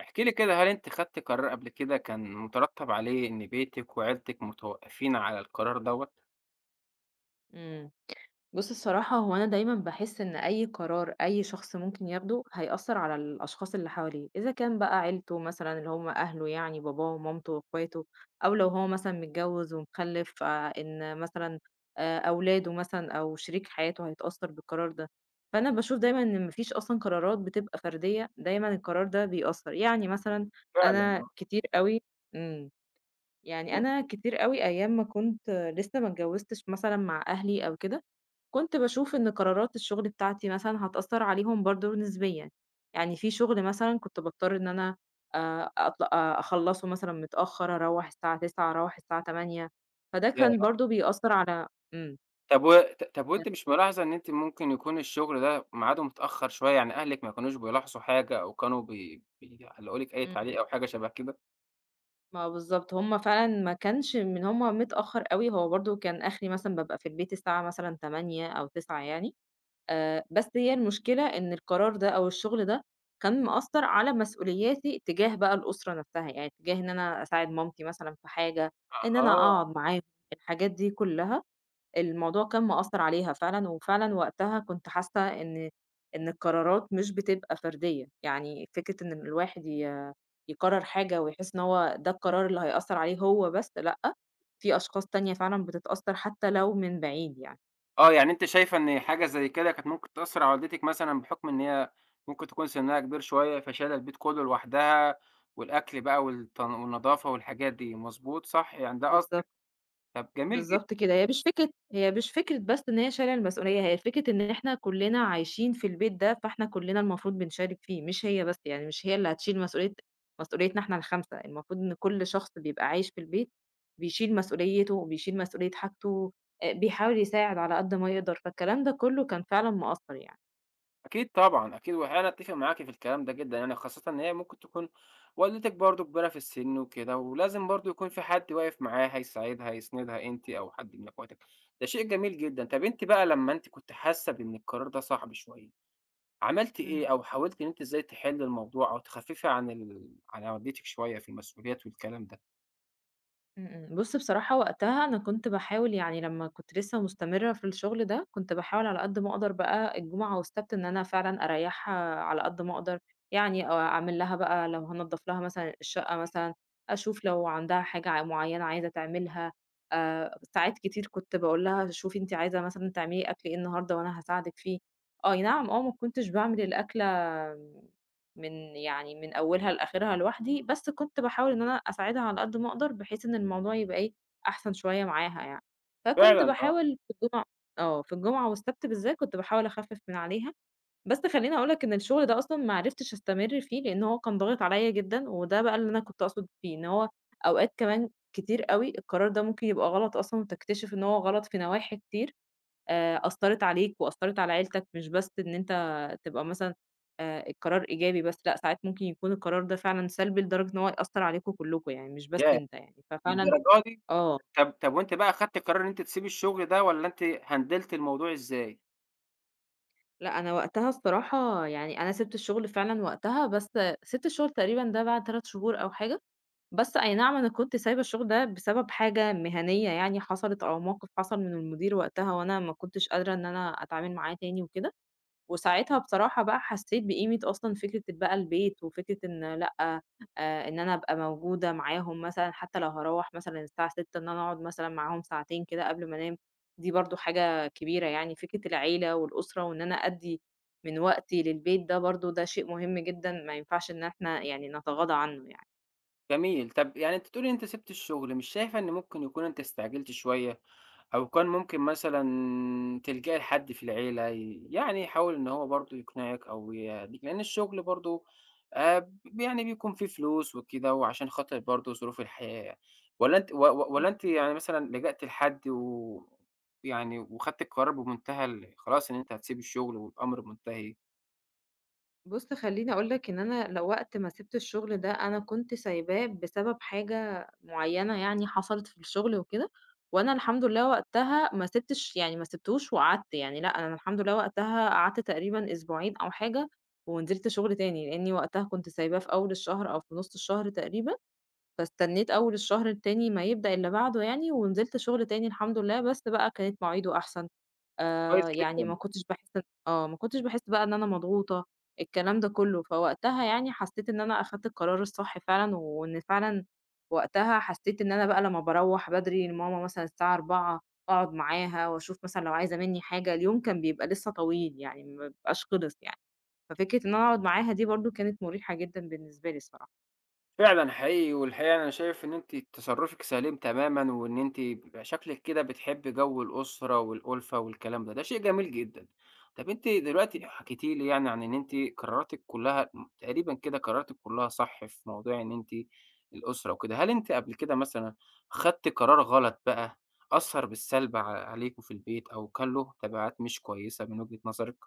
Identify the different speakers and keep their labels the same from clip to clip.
Speaker 1: احكِ لي كده، هل أنتِ خدتِ قرار قبل كده كان مترتّب عليه إن بيتِك وعيلتِك متوقّفين على القرار دوّة؟
Speaker 2: إمم. بُص الصراحة هو أنا دايمًا باحس إن أي قرار أي شخص ممكن ياخده هيأثّر على الأشخاص اللي حواليه، إذا كان بقى عيلته مثلًا اللي هم أهله يعني باباه ومامته واخواته، أو لو هو مثلًا متجوّز ومخلّف فإن مثلًا أولاده مثلًا أو شريك حياته هيتأثّر بالقرار ده. فأنا باشوف دايمًا إن ما فيش أصلًا قرارات بتبقى فردية، دايمًا القرار ده بيأثّر، يعني مثلًا
Speaker 1: فعلًا
Speaker 2: أنا
Speaker 1: آه.
Speaker 2: كتير أوي إمم. يعني
Speaker 1: طب
Speaker 2: أنا كتير أوي أيام ما كنت لسه ما اتجوّزتش مثلًا مع أهلي أو كده، كنت باشوف إن قرارات الشغل بتاعتي مثلًا هتأثّر عليهم برضه نسبيًا، يعني في شغل مثلًا كنت باضطر إن أنا أطل أخلّصه مثلًا متأخّر، أروّح الساعة 21:00 أروّح الساعة 20:00 فده كان
Speaker 1: ياه!
Speaker 2: برضه بيأثّر على إمم.
Speaker 1: طب و ط طب
Speaker 2: كان
Speaker 1: وأنتِ مش ملاحظة إن أنتِ ممكن يكون الشغل ده ميعاده متأخّر شوية، يعني أهلِك ما كانوش بيلاحظوا حاجة أو كانوا بيعلّقوا لِك أي
Speaker 2: إمم.
Speaker 1: تعليق أو حاجة شَبه كده؟
Speaker 2: ما بالضبط، هم فعلًا ما كانش من هم متأخّر أوي، هو برضه كان آخري مثلًا بابقى في البيت الساعة مثلًا 20:00 أو 21:00 يعني، بس هي المشكلة إن القرار ده أو الشغل ده كان مأثّر على مسؤولياتي تجاه بقى الأسرة نفسها، يعني تجاه إن أنا أساعد مامتي مثلًا في حاجة، إن أنا
Speaker 1: أها،
Speaker 2: أقعد معاهم، الحاجات دي كلّها الموضوع كان مأثّر عليها فعلًا، وفعلًا وقتها كنت حاسة إن القرارات مش بتبقى فردية، يعني فكرة إن الواحد يقرر حاجة ويحس إن هو ده القرار اللي هيأثّر عليه هو بس لأ، في أشخاص تانية فعلًا بتتأثّر حتى لو من بعيد يعني.
Speaker 1: آه، يعني أنتِ شايفة إن حاجة زي كده كانت ممكن تأثّر على والدتِك مثلًا بحُكم إن هي ممكن تكون سِنّها كبير شوية، فشايلة البيت كُلّه لوحدها والأكل بقى والتن والنضافة والحاجات دي، مضبوط صح؟ يعني ده
Speaker 2: بالضبط.
Speaker 1: قصدِك؟ طب جميل جدًا.
Speaker 2: بالضبط كده، هي مش فكرة بس إن هي شايلة المسؤولية، هي فكرة إن إحنا كلّنا عايشين في البيت ده، فإحنا كلّنا المفروض بنشارك فيه، مش هي بس، يعني مش هي اللي هتشيل مسؤوليتنا إحنا ال5، المفروض إن كل شخص بيبقى عايش في البيت بيشيل مسؤوليته، وبيشيل مسؤولية حاجته، بيحاول يساعد على قد ما يقدر، فالكلام ده كلّه كان فعلًا مأثّر يعني.
Speaker 1: أكيد طبعًا، أكيد، وأنا أتّفق معاكِ في الكلام ده جدًا، يعني خاصةً إن هي ممكن تكون والدتِك برضه كبيرة في السِن وكده، ولازم برضه يكون في حد واقف معاها يساعدها، يسندها أنتِ أو حد من أخواتِك. ده شيء جميل جدًا. طب أنتِ بقى لمّا أنتِ كنتِ حاسة بإن القرار ده صعب شوية، عملتِ
Speaker 2: إمم.
Speaker 1: إيه أو حاولتِ إن أنتِ إزاي تحلّي الموضوع أو تخففي عن والدتِك شوية في المسؤوليات والكلام ده؟
Speaker 2: بُص بصراحة وقتها أنا كنت باحاول يعني لمّا كنت لسه مستمرة في الشغل ده، كنت باحاول على قد ما أقدر بقى الجمعة والسبت إن أنا فعلًا أريّحها على قد ما أقدر، يعني أعمل لها بقى لو هانضّف لها مثلًا الشقة مثلًا، أشوف لو عندها حاجة معيّنة عايزة تعملها، ساعات كتير كنت باقول لها شوفي أنتِ عايزة مثلًا تعملي أكل إيه النهارده وأنا هاساعدِك فيه. أي نعم، ما كنتش باعمل الأكلة من يعني من أولها لآخرها لوحدي، بس كنت باحاول إن أنا أساعدها على قد ما أقدر، بحيث إن الموضوع يبقى إيه، أحسن شوية معاها يعني. فكنت
Speaker 1: فعلًا آه.
Speaker 2: باحاول في الجمعة آه، في الجمعة والسبت بالذات كنت باحاول أخفِّف من عليها، بس خلّيني أقول لك إن الشغل ده أصلًا ما عرفتش أستمر فيه، لإن هو كان ضاغط عليّا جدًا، وده بقى اللي أنا كنت أقصد بيه، إن هو أوقات كمان كتير أوي القرار ده ممكن يبقى غلط أصلًا وتكتشف إن هو غلط في نواحي كتير. أثّرت عليك وأثّرت على عيلتك، مش بس إن أنت تبقى مثلًا القرار إيجابي بس، لأ ساعات ممكن يكون القرار ده فعلًا سلبي لدرجة إن هو يأثّر عليكم كلّكم يعني مش بس
Speaker 1: ياه!
Speaker 2: أنت يعني، ففعلًا
Speaker 1: للدرجة دي!
Speaker 2: آه،
Speaker 1: طب وأنتِ بقى أخدتِ قرار إن أنتِ تسيبي الشغل ده والّا أنتِ هندلتِ الموضوع إزاي؟
Speaker 2: لأ أنا وقتها الصراحة يعني أنا سِبت الشغل فعلًا وقتها، بس سِبت الشغل تقريبًا ده بعد 3 شهور أو حاجة، بس أي نعم أنا كنت سايبة الشغل ده بسبب حاجة مهنية يعني حصلت أو موقف حصل من المدير وقتها وأنا ما كنتش قادرة إن أنا أتعامل معاه تاني وكده، وساعتها بصراحة بقى حسيت بقيمة أصلًا فكرة بقى البيت، وفكرة إن لأ، إن أنا أبقى موجودة معاهم مثلًا حتى لو هاروّح مثلًا الساعة 18:00 إن أنا أقعد مثلًا معاهم ساعتين كده قبل ما أنام، دي برضه حاجة كبيرة يعني، فكرة العيلة والأسرة وإن أنا أدّي من وقتي للبيت ده برضه ده شيء مهم جدًا ما ينفعش إن إحنا يعني نتغاضى عنه يعني.
Speaker 1: جميل. طب يعني أنتِ بتقولي إن أنتِ سِبتِ الشغل، مش شايفة إن ممكن يكون أنتِ استعجلتِ شوية أو كان ممكن مثلًا تلجئي لحد في العيلة يعني يحاول إن هو برضه يقنعِك أو يهدّيكِ؟ لإن الشغل برضه آآ يعني بيكون فيه فلوس وكده وعشان خاطر برضه ظروف الحياة. والّا أنتِ و و
Speaker 2: إمم.
Speaker 1: والّا أنتِ يعني مثلًا لجأتِ لحد و يعني وخدتِ القرار بمنتهى ال خلاص إن أنتِ هتسيبي الشغل والأمر منتهي؟
Speaker 2: بُص خلّيني أقول لك إن أنا لو وقت ما سِبت الشغل ده أنا كنت سايباه بسبب حاجة معيّنة يعني حصلت في الشغل وكده، وأنا الحمد لله وقتها ما سِبتوش وقعدت يعني لأ، أنا الحمد لله وقتها قعدت تقريبًا أسبوعين أو حاجة ونزلت شغل تاني، لإني وقتها كنت سايباه في أول الشهر أو في نُص الشهر تقريبًا، فاستنيت أول الشهر التاني ما يبدأ اللي بعده يعني ونزلت شغل تاني الحمد لله، بس بقى كانت مواعيده أحسن.
Speaker 1: كويس
Speaker 2: آآ يعني
Speaker 1: جدًا.
Speaker 2: ما كنتش باحس ما كنتش باحس بقى إن أنا مضغوطة، الكلام ده كلّه، فوقتها يعني حسّيت إن أنا أخدت القرار الصح فعلًا، وإن فعلًا وقتها حسّيت إن أنا بقى لمّا باروّح بدري لماما مثلًا الساعة 16:00 أقعد معاها وأشوف مثلًا لو عايزة منّي حاجة، اليوم كان بيبقى لسه طويل يعني ما بيبقاش خلص يعني، ففكرة إن أنا أقعد معاها دي برضه كانت مُريحة جدًا بالنسبة لي الصراحة.
Speaker 1: فعلًا حقيقي، والحقيقة أنا شايف إن أنتِ تصرُّفِك سليم تمامًا، وإن أنتِ شكلِك كده بتحبّي جو الأسرة والأُلفة والكلام ده، ده شيء جميل جدًا. طَب أنتِ دلوقتي حكيتِ لي يعني عن إن أنتِ قراراتِك كلّها م تقريبًا كده قراراتِك كلّها صح في موضوع إن أنتِ الأسرة وكده، هل أنتِ قبل كده مثلًا خدتِ قرار غلط بقى أثّر بالسلب عليكم في البيت أو كان له تبعات مش كويسة من وجهة نظرِك؟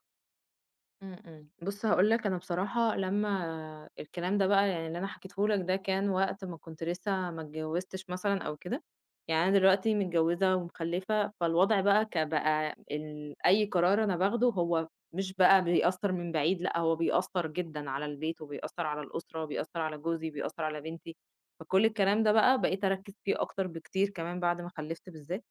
Speaker 2: إمم. بُص هاقول لك أنا بصراحة لمّا الكلام ده بقى يعني اللي أنا حكيته لك ده كان وقت ما كنت لسه ما اتجوّزتش مثلًا أو كده، يعني أنا دلوقتي متجوّزة ومخلّفة، فالوضع بقى ك بقى ال أي قرار أنا باخده هو مش بقى بيأثّر من بعيد، لأ هو بيأثّر جدًا على البيت وبيأثّر على الأسرة وبيأثّر على جوزي، بيأثّر على بنتي، فكل الكلام ده بقى بقيت أركّز فيه أكتر بكتير كمان بعد ما خلّفت بالذات.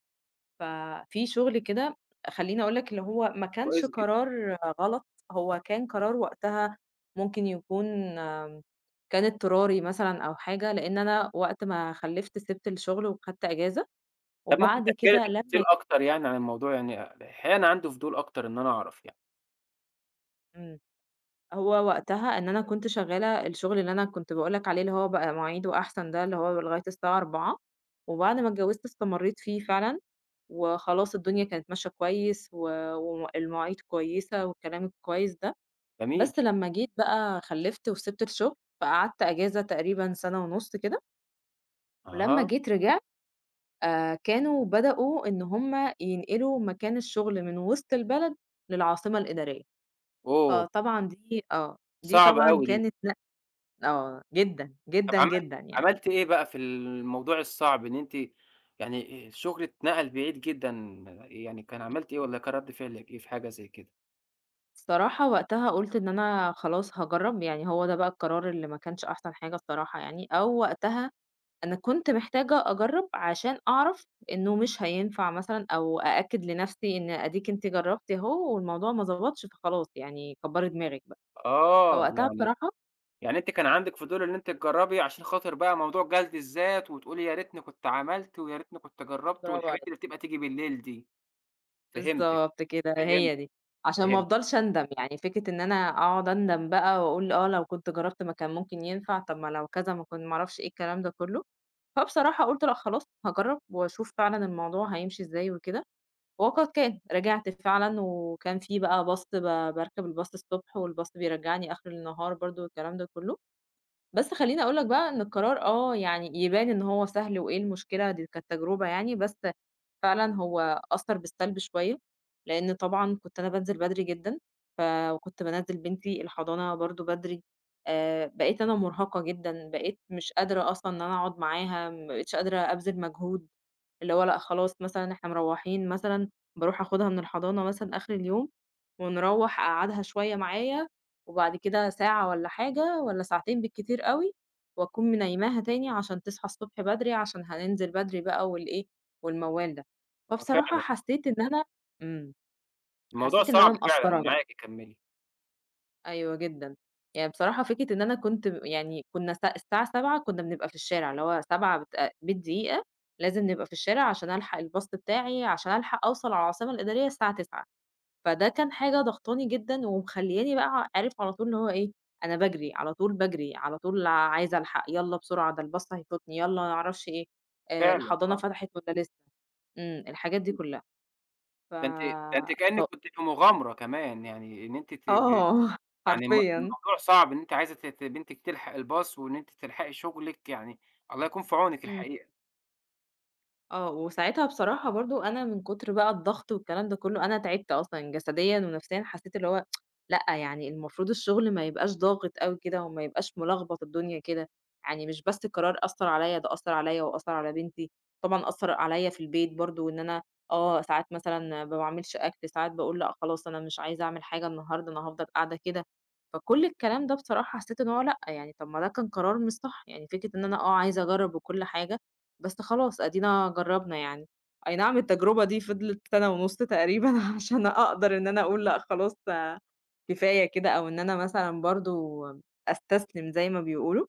Speaker 2: ففي شغل كده خلّيني أقول لك اللي هو ما كانش
Speaker 1: كويس جدًا.
Speaker 2: قرار غلط، هو كان قرار وقتها ممكن يكون آمم، كان اضطراري مثلًا أو حاجة، لإن أنا وقت ما خلّفت سِبت الشغل وخدت إجازة،
Speaker 1: طَب ممكن
Speaker 2: وبعد
Speaker 1: تحكي لي
Speaker 2: كده
Speaker 1: تفاصيل
Speaker 2: لمّا
Speaker 1: أكتر يعني عن الموضوع، يعني الحقيقة أنا عندي فضول أكتر إن أنا أعرف يعني.
Speaker 2: إمم، هو وقتها إن أنا كنت شغّالة الشغل اللي أنا كنت باقول لك عليه اللي هو بقى مواعيده أحسن ده، اللي هو لغاية الساعة 16:00 وبعد ما اتجوّزت استمرّيت فيه فعلًا، وخلاص الدنيا كانت ماشية كويس و والمواعيد كويسة والكلام الكويس ده.
Speaker 1: جميل.
Speaker 2: بس لمّا جيت بقى خلّفت وسِبت الشغل، فقعدت أجازة تقريبًا سَنة ونُص كده، ولمّا
Speaker 1: أها.
Speaker 2: جيت رجعت كانوا بدأوا إن هم ينقلوا مكان الشغل من وسط البلد للعاصمة الإدارية،
Speaker 1: أوه!
Speaker 2: فطبعًا دي آه، دي
Speaker 1: صعبة
Speaker 2: طبعًا
Speaker 1: أوي دي.
Speaker 2: كانت نق آه، جدًا،
Speaker 1: طب
Speaker 2: جدًا،
Speaker 1: عملتِ
Speaker 2: جدًا يعني.
Speaker 1: عملتِ إيه بقى في الموضوع الصعب، إن أنتِ يعني الشغل اتنقل بعيد جدًا، يعني كان عملتِ إيه والّا كان رد فعلِك إيه في حاجة زي كده؟
Speaker 2: الصراحة وقتها قُلت إن أنا خلاص هاجرّب، يعني هو ده بقى القرار اللي ما كانش أحسن حاجة الصراحة يعني، أو وقتها أنا كنت محتاجة أجرّب عشان أعرف إنه مش هينفع مثلًا أو أأكد لنفسي إن أديكِ أنتِ جرّبتِ أهو والموضوع ما ضبطش فخلاص يعني كبّري دماغِك بقى،
Speaker 1: آه،
Speaker 2: فوقتها
Speaker 1: يعني
Speaker 2: بصراحة
Speaker 1: يعني أنتِ كان عندِك فضول إن أنتِ تجرّبي عشان خاطر بقى موضوع جلد الذات، وتقولي يا ريتني كنت عملت، ويا ريتني كنت جرّبت،
Speaker 2: برافو
Speaker 1: والحاجات
Speaker 2: عليكِ،
Speaker 1: اللي بتبقى تيجي بالليل دي. فهمتِك.
Speaker 2: بالضبط كده
Speaker 1: فهمت.
Speaker 2: هي دي، عشان ما
Speaker 1: فهمت.
Speaker 2: أفضلش أندم، يعني فكرة إن أنا أقعد أندم بقى وأقول آه لو كنت جرّبت ما كان ممكن ينفع، طب ما لو كذا ما أعرفش إيه الكلام ده كلّه، فبصراحة قُلت لأ خلاص هاجرّب وأشوف فعلًا الموضوع هيمشي إزاي وكده. وقد كان، رجعت فعلًا وكان في بقى باص ب باركب الباص الصبح والباص بيرجّعني آخر النهار برضه والكلام ده كُلّه، بس خلّيني أقول لك بقى إن القرار آه، يعني يبان إن هو سهل وإيه المشكلة دي كانت تجربة يعني، بس فعلًا هو أثّر بالسلب شوية، لإن طبعًا كنت أنا بانزل بدري جدًا، ف وكنت بانزّل بنتي الحضانة برضه بدري، بقيت أنا مرهقة جدًا، بقيت مش قادرة أصلًا إن أنا أقعد معاها، ما بقيتش قادرة أبذل مجهود. اللي هو لأ خلاص مثلًا إحنا مروّحين مثلًا باروح آخُدها من الحضانة مثلًا آخر اليوم، ونروّح أقعّدها شوية معايا، وبعد كده ساعة والّا حاجة والّا ساعتين بالكتير أوي، وأكون منيّماها تاني عشان تصحى الصبح بدري عشان هننزل بدري بقى والإيه، والموال ده.
Speaker 1: آه
Speaker 2: فبصراحة
Speaker 1: فعلًا،
Speaker 2: إمم،
Speaker 1: الموضوع
Speaker 2: حسّيت إن أنا
Speaker 1: صعب فعلًا،
Speaker 2: مقصّرة.
Speaker 1: معاكِ كمّلي.
Speaker 2: أيوه جدًا. يعني بصراحة فكرة إن أنا كنت م يعني كنا الساعة 7:00 كنا بنبقى في الشارع، اللي هو 7 بت بالدقيقة لازم نبقى في الشارع عشان ألحق الباص بتاعي، عشان ألحق أوصل على العاصمة الإدارية الساعة 9:00. فده كان حاجة ضغطاني جدًا ومخلّياني بقى عارف على طول اللي هو إيه، أنا باجري، على طول باجري، على طول عايزة ألحق، يالّا بسرعة ده الباص هيفوتني، يالّا ما أعرفش إيه،
Speaker 1: فعلًا،
Speaker 2: الحضانة
Speaker 1: آه.
Speaker 2: فتحت والّا لسه، الحاجات دي كلّها. ف
Speaker 1: ده أنتِ ده أنتِ كإنِّك
Speaker 2: ف
Speaker 1: كنتِ في مغامرة كمان، يعني إن أنتِ
Speaker 2: آه،
Speaker 1: يعني
Speaker 2: حرفيًا.
Speaker 1: الموضوع صعب إن أنتِ عايزة ت ت بنتِك تلحق الباص وإن أنتِ تلحقي شغلِك، يعني الله يكون في عونِك
Speaker 2: إمم.
Speaker 1: الحقيقة.
Speaker 2: وساعتها بصراحة برضه أنا من كتر بقى الضغط والكلام ده كله، أنا تعبت أصلًا جسديًا ونفسيًا، حسيت اللي هو لأ، يعني المفروض الشغل ما يبقاش ضاغط أوي كده وما يبقاش ملخبط الدنيا كده، يعني مش بس القرار أثّر عليّا، ده أثّر عليّا وأثّر على بنتي، طبعًا أثّر عليّا في البيت برضه إن أنا ساعات مثلًا ما باعملش أكل، ساعات باقول لأ خلاص أنا مش عايزة أعمل حاجة النهارده، أنا هافضل قاعدة كده، فكل الكلام ده بصراحة حسيت إن هو لأ، يعني طَب ما ده كان قرار مش صح، يعني فكرة إن أنا عايزة أجرّب وكل حاجة بس خلاص أدينا جرّبنا يعني. أي نعم التجربة دي فضلت سَنة ونُص تقريبًا عشان أقدر إن أنا أقول لأ خلاص كفاية كده، أو إن أنا مثلًا برضه أستسلم زي ما بيقولوا.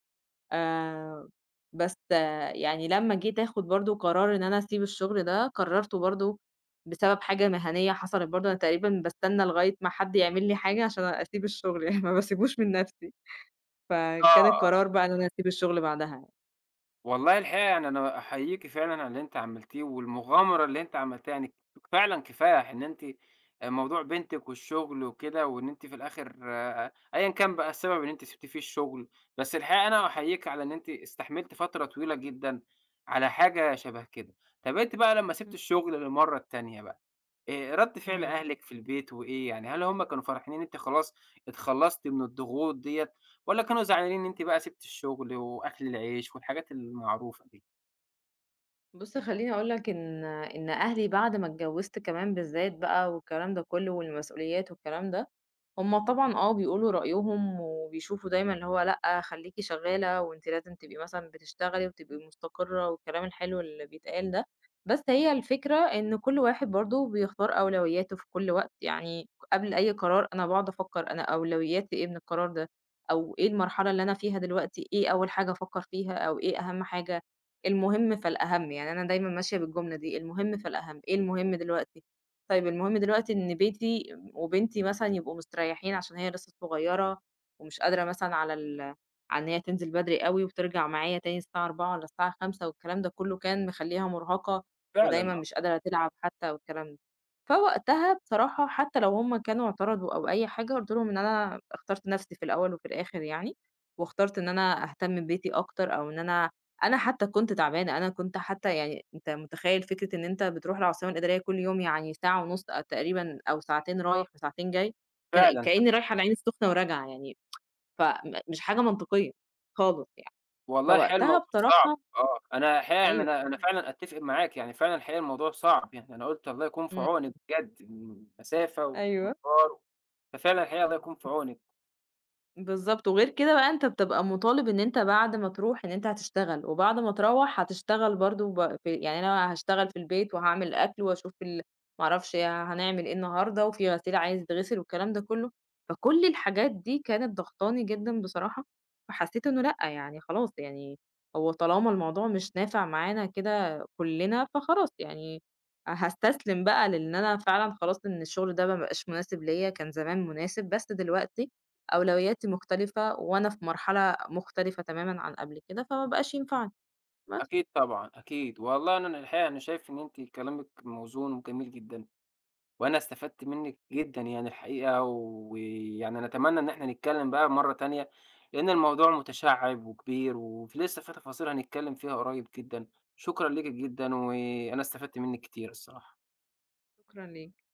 Speaker 2: آآ بس يعني لمّا جيت آخُد برضه قرار إن أنا أسيب الشغل ده، قررته برضه بسبب حاجة مهنية حصلت برضه، أنا تقريبًا باستنى لغاية ما حد يعمل لي حاجة عشان أسيب الشغل يعني ما باسيبوش من نَفْسي، فكان
Speaker 1: آه.
Speaker 2: القرار بقى إن أنا أسيب الشغل بعدها يعني.
Speaker 1: والله الحقيقة يعني أنا أحييكِ فعلًا على اللي أنتِ عملتيه، والمغامرة اللي أنتِ عملتيها، يعني فعلًا كفاية إن أنتِ موضوع بنتِك والشغل وكده، وإن أنتِ في الآخر آه، أيًا كان بقى السبب إن أنتِ سِبتِ فيه الشغل، بس الحقيقة أنا أحييكِ على إن أنتِ استحملتِ فترة طويلة جدًا على حاجة شبه كده. طب أنتِ بقى لمّا سِبتِ
Speaker 2: إمم،
Speaker 1: الشغل للمرّة التانية بقى رَد فعل
Speaker 2: إمم.
Speaker 1: أهلك في البيت وإيه يعني، هل هم كانوا فرحانين إن أنتِ خلاص اتخلّصتِ من الضغوط ديّة، والّا كانوا زعلانين إن أنتِ بقى سِبتِ الشغل وأكل العيش والحاجات المعروفة دي؟
Speaker 2: بُص خلّيني أقول لك إن أهلي بعد ما اتجوّزت كمان بالذات بقى والكلام ده كلّه والمسؤوليات والكلام ده، هُم طبعًا آه بيقولوا رأيهم وبيشوفوا دايمًا اللي هو لأ خلّيكِ شغّالة وأنتِ لازم تبقي مثلًا بتشتغلي وتبقي مستقرة والكلام الحلو اللي بيتقال ده، بس هي الفكرة إن كل واحد برضه بيختار أولوياته في كل وقت، يعني قبل أي قرار أنا باقعد أفكّر أنا أولوياتي إيه من القرار ده، أو إيه المرحلة اللي أنا فيها دلوقتي، إيه أول حاجة أفكّر فيها أو إيه أهم حاجة. المهم فالأهم، يعني أنا دايمًا ماشية بالجملة دي، المهم فالأهم، إيه المهم دلوقتي؟ طيب المهم دلوقتي إن بيتي وبنتي مثلًا يبقوا مستريحين عشان هي لسه صغيرة ومش قادرة مثلًا على على إن هي تنزل بدري أوي وترجع معايا تاني الساعة 16:00 والّا الساعة 17:00 والكلام ده كلّه كان مخلّيها مرهقة
Speaker 1: فعلًا
Speaker 2: ودايمًا
Speaker 1: آه.
Speaker 2: مش قادرة تلعب حتى والكلام ده. فوقتها بصراحة حتى لو هُم كانوا اعترضوا أو أي حاجة، قُلت لهم إن أنا اخترت نَفْسي في الأول وفي الآخر يعني، واخترت إن أنا أهتم ببيتي أكتر أو إن أنا أنا حتى كنت تعبانة، أنا كنت حتى يعني أنت متخيّل فكرة إن أنت بتروح العاصمة الإدارية كل يوم يعني ساعة ونُص تقريبًا أو ساعتين رايح وساعتين جاي، كان
Speaker 1: فعلًا ح
Speaker 2: كإنّي رايحة العين السخنة وراجعة يعني، فم مش حاجة منطقية خالص يعني،
Speaker 1: والله الحقيقة
Speaker 2: فوقتها
Speaker 1: الموضوع صعب.
Speaker 2: بصراحة
Speaker 1: آه، أنا الحقيقة يعني
Speaker 2: أيوه،
Speaker 1: أنا
Speaker 2: إمم،
Speaker 1: فعلًا أتّفق معاك، يعني فعلًا الحقيقة الموضوع صعب، يعني أنا قُلت الله يكون في
Speaker 2: إمم،
Speaker 1: عونِك بجد، مسافة
Speaker 2: أيوه.
Speaker 1: ومشوار، ففعلًا الحقيقة الله يكون في عونِك.
Speaker 2: بالضبط، وغير كده بقى أنت بتبقى مطالب إن أنت بعد ما تروح إن أنت هتشتغل، وبعد ما تروّح هتشتغل برضه ب في يعني أنا هاشتغل في البيت وهاعمل أكل وأشوف ما أعرفش هنعمل إيه النهارده، وفي غسيل عايز يتغسل والكلام ده كلّه، فكل الحاجات دي كانت ضاغطاني جدًا بصراحة، فحسيت إنه لأ، يعني خلاص يعني هو طالما الموضوع مش نافع معانا كده كلّنا، فخلاص يعني هاستسلم بقى لإن أنا فعلًا خلاص إن الشغل ده ما بقاش مناسب ليّا، كان زمان مناسب بس دلوقتي أولوياتي مختلفة وأنا في مرحلة مختلفة تمامًا عن قبل كده، فما بقاش ينفعني. بس،
Speaker 1: أكيد طبعًا، أكيد، والله أنا الحقيقة أنا شايف إن أنتِ كلامِك موزون وجميل جدًا. وأنا استفدت منِّك جدًا يعني الحقيقة، ويعني أنا أتمنى إن إحنا نتكلم بقى مرة تانية، لإن الموضوع متشعِّب وكبير ولسه في تفاصيل هنتكلم فيها قريب جدًا. شكرًا ليكِ جدًا، وأنا استفدت منِّك كتير الصراحة.
Speaker 2: شكرًا ليك.